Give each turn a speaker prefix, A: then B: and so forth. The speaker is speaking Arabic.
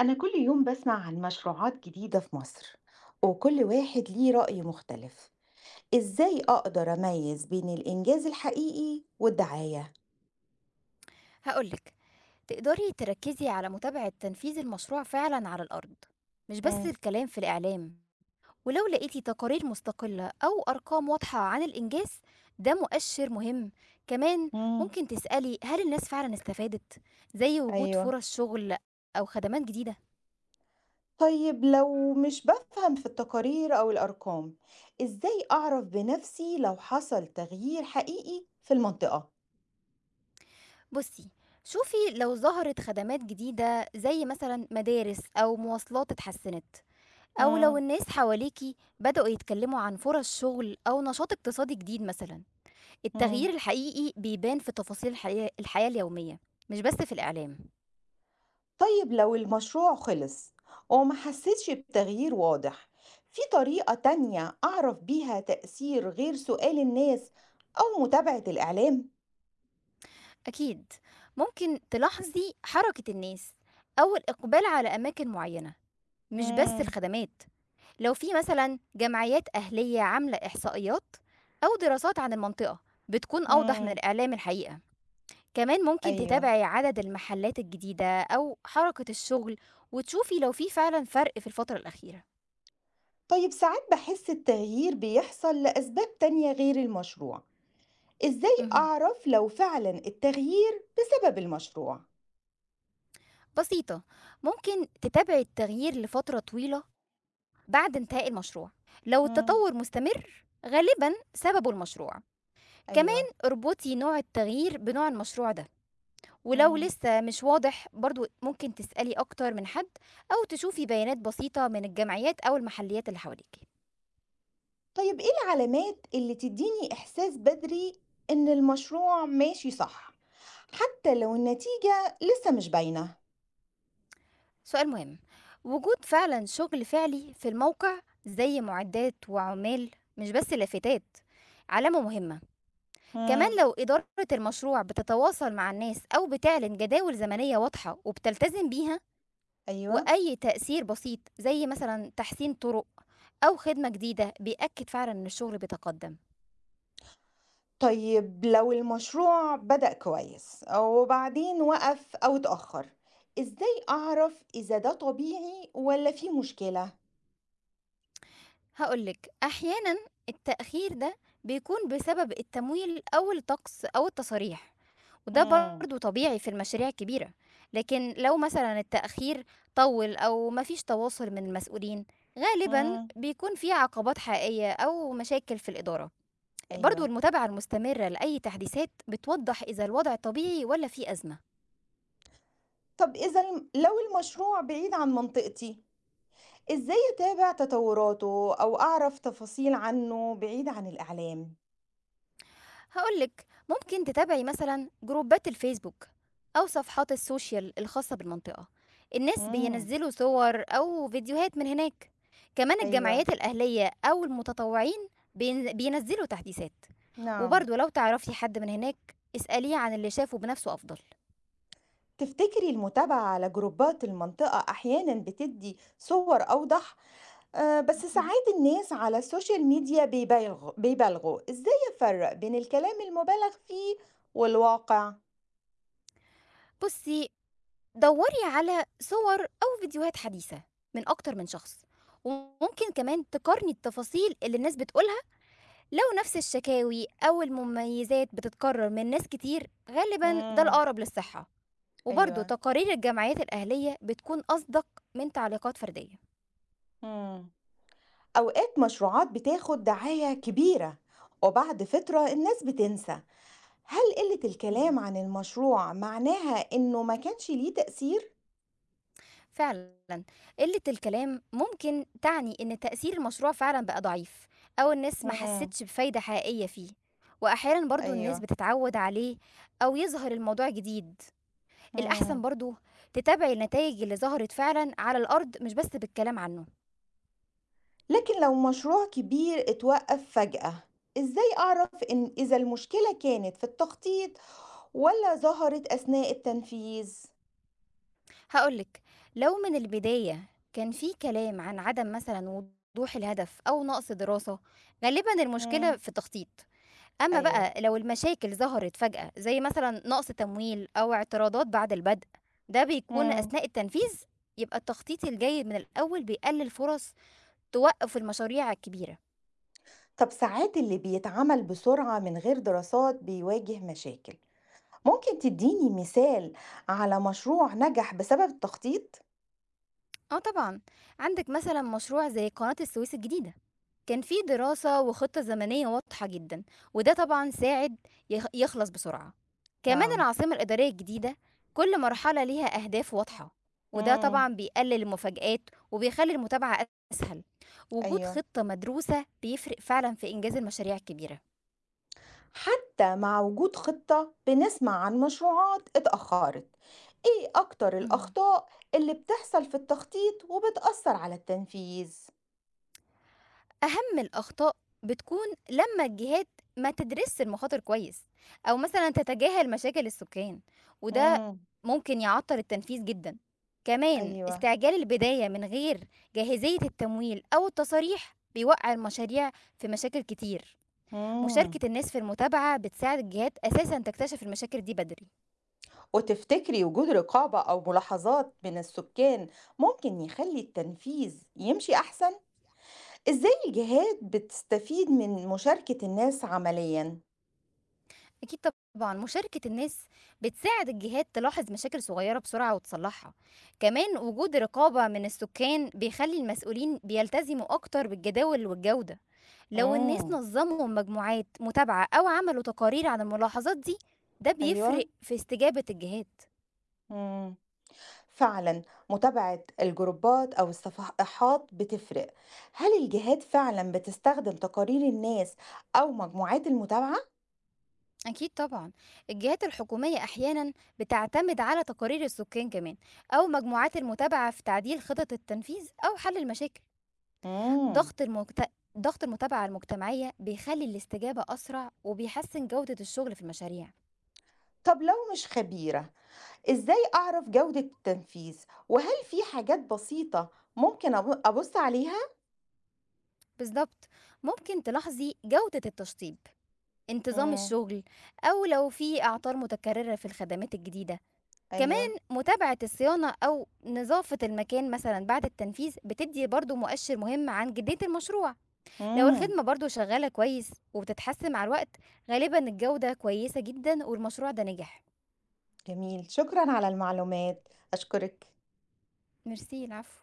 A: أنا كل يوم بسمع عن مشروعات جديدة في مصر، وكل واحد ليه رأي مختلف. إزاي أقدر أميز بين الإنجاز الحقيقي والدعاية؟
B: هقولك، تقدري تركزي على متابعة تنفيذ المشروع فعلا على الأرض، مش بس
A: مم.
B: الكلام في الإعلام. ولو لقيتي تقارير مستقلة أو أرقام واضحة عن الإنجاز، ده مؤشر مهم. كمان
A: مم.
B: ممكن تسألي هل الناس فعلا استفادت، زي وجود
A: ايوه.
B: فرص شغل أو خدمات جديدة.
A: طيب لو مش بفهم في التقارير أو الأرقام، إزاي أعرف بنفسي لو حصل تغيير حقيقي في المنطقة؟
B: بصي، شوفي لو ظهرت خدمات جديدة زي مثلا مدارس أو مواصلات اتحسنت، أو لو
A: مم.
B: الناس حواليكي بدأوا يتكلموا عن فرص شغل أو نشاط اقتصادي جديد مثلا. التغيير
A: مم.
B: الحقيقي بيبان في تفاصيل الحياة اليومية، مش بس في الإعلام.
A: طيب لو المشروع خلص وما حسيتش بتغيير واضح، في طريقة تانية أعرف بيها تأثير غير سؤال الناس أو متابعة الإعلام؟
B: أكيد ممكن تلاحظي حركة الناس أو الإقبال على أماكن معينة، مش بس
A: مم.
B: الخدمات. لو في مثلا جمعيات أهلية عاملة إحصائيات أو دراسات عن المنطقة، بتكون أوضح من
A: مم.
B: الإعلام الحقيقة. كمان ممكن
A: أيوة.
B: تتابعي عدد المحلات الجديدة أو حركة الشغل، وتشوفي لو في فعلا فرق في الفترة الأخيرة.
A: طيب ساعات بحس التغيير بيحصل لأسباب تانية غير المشروع، إزاي
B: مهم.
A: أعرف لو فعلا التغيير بسبب المشروع؟
B: بسيطة، ممكن تتابعي التغيير لفترة طويلة بعد انتهاء المشروع. لو
A: مم.
B: التطور مستمر غالبا سببه المشروع. كمان
A: أيوة.
B: اربطي نوع التغيير بنوع المشروع ده، ولو
A: مم.
B: لسه مش واضح برضو ممكن تسألي أكتر من حد، أو تشوفي بيانات بسيطة من الجمعيات أو المحليات اللي حواليك.
A: طيب إيه العلامات اللي تدّيني إحساس بدري إن المشروع ماشي صح، حتى لو النتيجة لسه مش باينة؟
B: سؤال مهم. وجود فعلا شغل فعلي في الموقع زي معدات وعمال، مش بس لافتات، علامة مهمة. كمان
A: إمم.
B: لو إدارة المشروع بتتواصل مع الناس أو بتعلن جداول زمنية واضحة وبتلتزم بيها،
A: أيوه.
B: وأي تأثير بسيط زي مثلًا تحسين طرق أو خدمة جديدة بيأكد فعلًا إن الشغل بيتقدم.
A: طيب لو المشروع بدأ كويس وبعدين وقف أو اتأخر، إزاي أعرف إذا ده طبيعي والّا في مشكلة؟
B: هاقول لِك، أحيانًا التأخير ده بيكون بسبب التمويل أو الطقس أو التصاريح، وده
A: إمم.
B: برضه طبيعي في المشاريع الكبيرة، لكن لو مثلًا التأخير طوّل أو ما فيش تواصل من المسؤولين، غالبًا
A: إمم.
B: بيكون في عقبات حقيقية أو مشاكل في الإدارة. برضه
A: أيوه.
B: المتابعة المستمرة لأي تحديثات بتوضح إذا الوضع طبيعي والّا في أزمة.
A: طب إذا الم لو المشروع بعيد عن منطقتي، إزاي أتابع تطوراته أو أعرف تفاصيل عنه بعيد عن الإعلام؟
B: هقولك، ممكن تتابعي مثلا جروبات الفيسبوك أو صفحات السوشيال الخاصة بالمنطقة. الناس
A: امم.
B: بينزلوا صور أو فيديوهات من هناك. كمان
A: أيوه.
B: الجمعيات الأهلية أو المتطوعين بينزلوا تحديثات.
A: نعم.
B: وبرضه لو تعرفي حد من هناك، اسأليه عن اللي شافه بنفسه أفضل.
A: تفتكري المتابعة على جروبات المنطقة أحيانًا بتدّي صور أوضح؟ بس
B: مهم.
A: ساعات الناس على السوشيال ميديا بيبالغوا، إزاي أفرّق بين الكلام المُبالغ فيه والواقع؟
B: بصي، دوري على صور أو فيديوهات حديثة من أكتر من شخص، وممكن كمان تقارني التفاصيل اللي الناس بتقولها. لو نفس الشكاوي أو المميزات بتتكرر من ناس كتير، غالبا ده
A: امم.
B: الأقرب للصحة. وبرضه
A: أيوه.
B: تقارير الجمعيات الأهلية بتكون أصدق من تعليقات فردية.
A: امم. أوقات مشروعات بتاخد دعاية كبيرة، وبعد فترة الناس بتنسى. هل قِلّة
B: مهم.
A: الكلام عن المشروع معناها إنه ما كانش ليه تأثير؟
B: فعلا، قلة الكلام ممكن تعني إن تأثير المشروع فعلا بقى ضعيف، أو الناس ما
A: امم.
B: حستش بفايدة حقيقية فيه. وأحيانا برضو الناس
A: أيوه.
B: بتتعود عليه، أو يظهر الموضوع جديد. الأحسن
A: امم.
B: برضو تتابعي النتائج اللي ظهرت فعلا على الأرض، مش بس بالكلام عنه.
A: لكن لو مشروع كبير اتوقف فجأة، إزاي أعرف إذا المشكلة كانت في التخطيط ولا ظهرت أثناء التنفيذ؟
B: هاقول لِك، لو من البداية كان في كلام عن عدم مثلًا وضوح الهدف أو نقص دراسة، غالبًا المشكلة
A: مم.
B: في التخطيط. أمّا
A: أيوه.
B: بقى لو المشاكل ظهرت فجأة زي مثلًا نقص تمويل أو اعتراضات بعد البدء، ده بيكون
A: مم.
B: أثناء التنفيذ. يبقى التخطيط الجيد من الأول بيقلل فرص توقف المشاريع الكبيرة.
A: طب ساعات اللي بيتعمل بسرعة من غير دراسات بيواجه مشاكل، ممكن تديني مثال على مشروع نجح بسبب التخطيط؟
B: آه طبعًا، عندك مثلًا مشروع زي قناة السويس الجديدة، كان في دراسة وخطة زمنية واضحة جدًا، وده طبعًا ساعد يخلص بسرعة. كمان
A: نعم.
B: العاصمة الإدارية الجديدة، كل مرحلة ليها أهداف واضحة، وده
A: مم.
B: طبعًا بيقلل المفاجآت وبيخلي المتابعة أسهل. وجود
A: أيوه.
B: خطة مدروسة بيفرق فعلًا في إنجاز المشاريع الكبيرة.
A: حتى مع وجود خطة بنسمع عن مشروعات اتأخرت. ايه اكتر
B: مم.
A: الأخطاء اللي بتحصل في التخطيط وبتأثر على التنفيذ؟
B: أهم الأخطاء بتكون لمّا الجهات ما تدرسش المخاطر كويس، أو مثلًا تتجاهل مشاكل السكان، وده
A: مم.
B: ممكن يعطّل التنفيذ جدًا. كمان
A: ايوه.
B: استعجال البداية من غير جاهزية التمويل أو التصاريح بيوقّع المشاريع في مشاكل كتير.
A: مم.
B: مشاركة الناس في المتابعة بتساعد الجهات أساسًا تكتشف المشاكل دي بدري.
A: وتفتكري وجود رقابة أو ملاحظات من السكان ممكن يخلي التنفيذ يمشي أحسن؟ إزاي الجهات بتستفيد من مشاركة الناس عمليا؟
B: أكيد طبعًا، مشاركة الناس بتساعد الجهات تلاحظ مشاكل صغيرة بسرعة وتصلحها. كمان وجود رقابة من السكان بيخلّي المسؤولين بيلتزموا أكتر بالجداول والجودة. لو الناس
A: مم.
B: نظموا مجموعات متابعة أو عملوا تقارير عن الملاحظات دي، ده بيفرق
A: أيوة.
B: في استجابة الجهات.
A: مم. فعلا متابعة الجروبات أو الصفحات بتفرق. هل الجهات فعلا بتستخدم تقارير الناس أو مجموعات المتابعة؟
B: أكيد طبعًا، الجهات الحكومية أحيانًا بتعتمد على تقارير السكان، كمان أو مجموعات المتابعة، في تعديل خطط التنفيذ أو حل المشاكل.
A: مم.
B: ضغط المجت... ضغط المتابعة المجتمعية بيخلي الاستجابة أسرع وبيحسن جودة الشغل في المشاريع.
A: طب لو مش خبيرة، إزاي أعرف جودة التنفيذ؟ وهل في حاجات بسيطة ممكن أبص عليها؟
B: بالظبط، ممكن تلاحظي جودة التشطيب، انتظام
A: مم.
B: الشغل، أو لو في أعطال متكررة في الخدمات الجديدة. كمان
A: أيوة.
B: متابعة الصيانة أو نظافة المكان مثلا بعد التنفيذ بتدي برضو مؤشر مهم عن جدية المشروع. لو
A: مم.
B: الخدمة برضو شغالة كويس وبتتحسن مع الوقت، غالبا الجودة كويسة جدا والمشروع ده نجح.
A: جميل، شكرا على المعلومات. أشكرك.
B: ميرسي، العفو.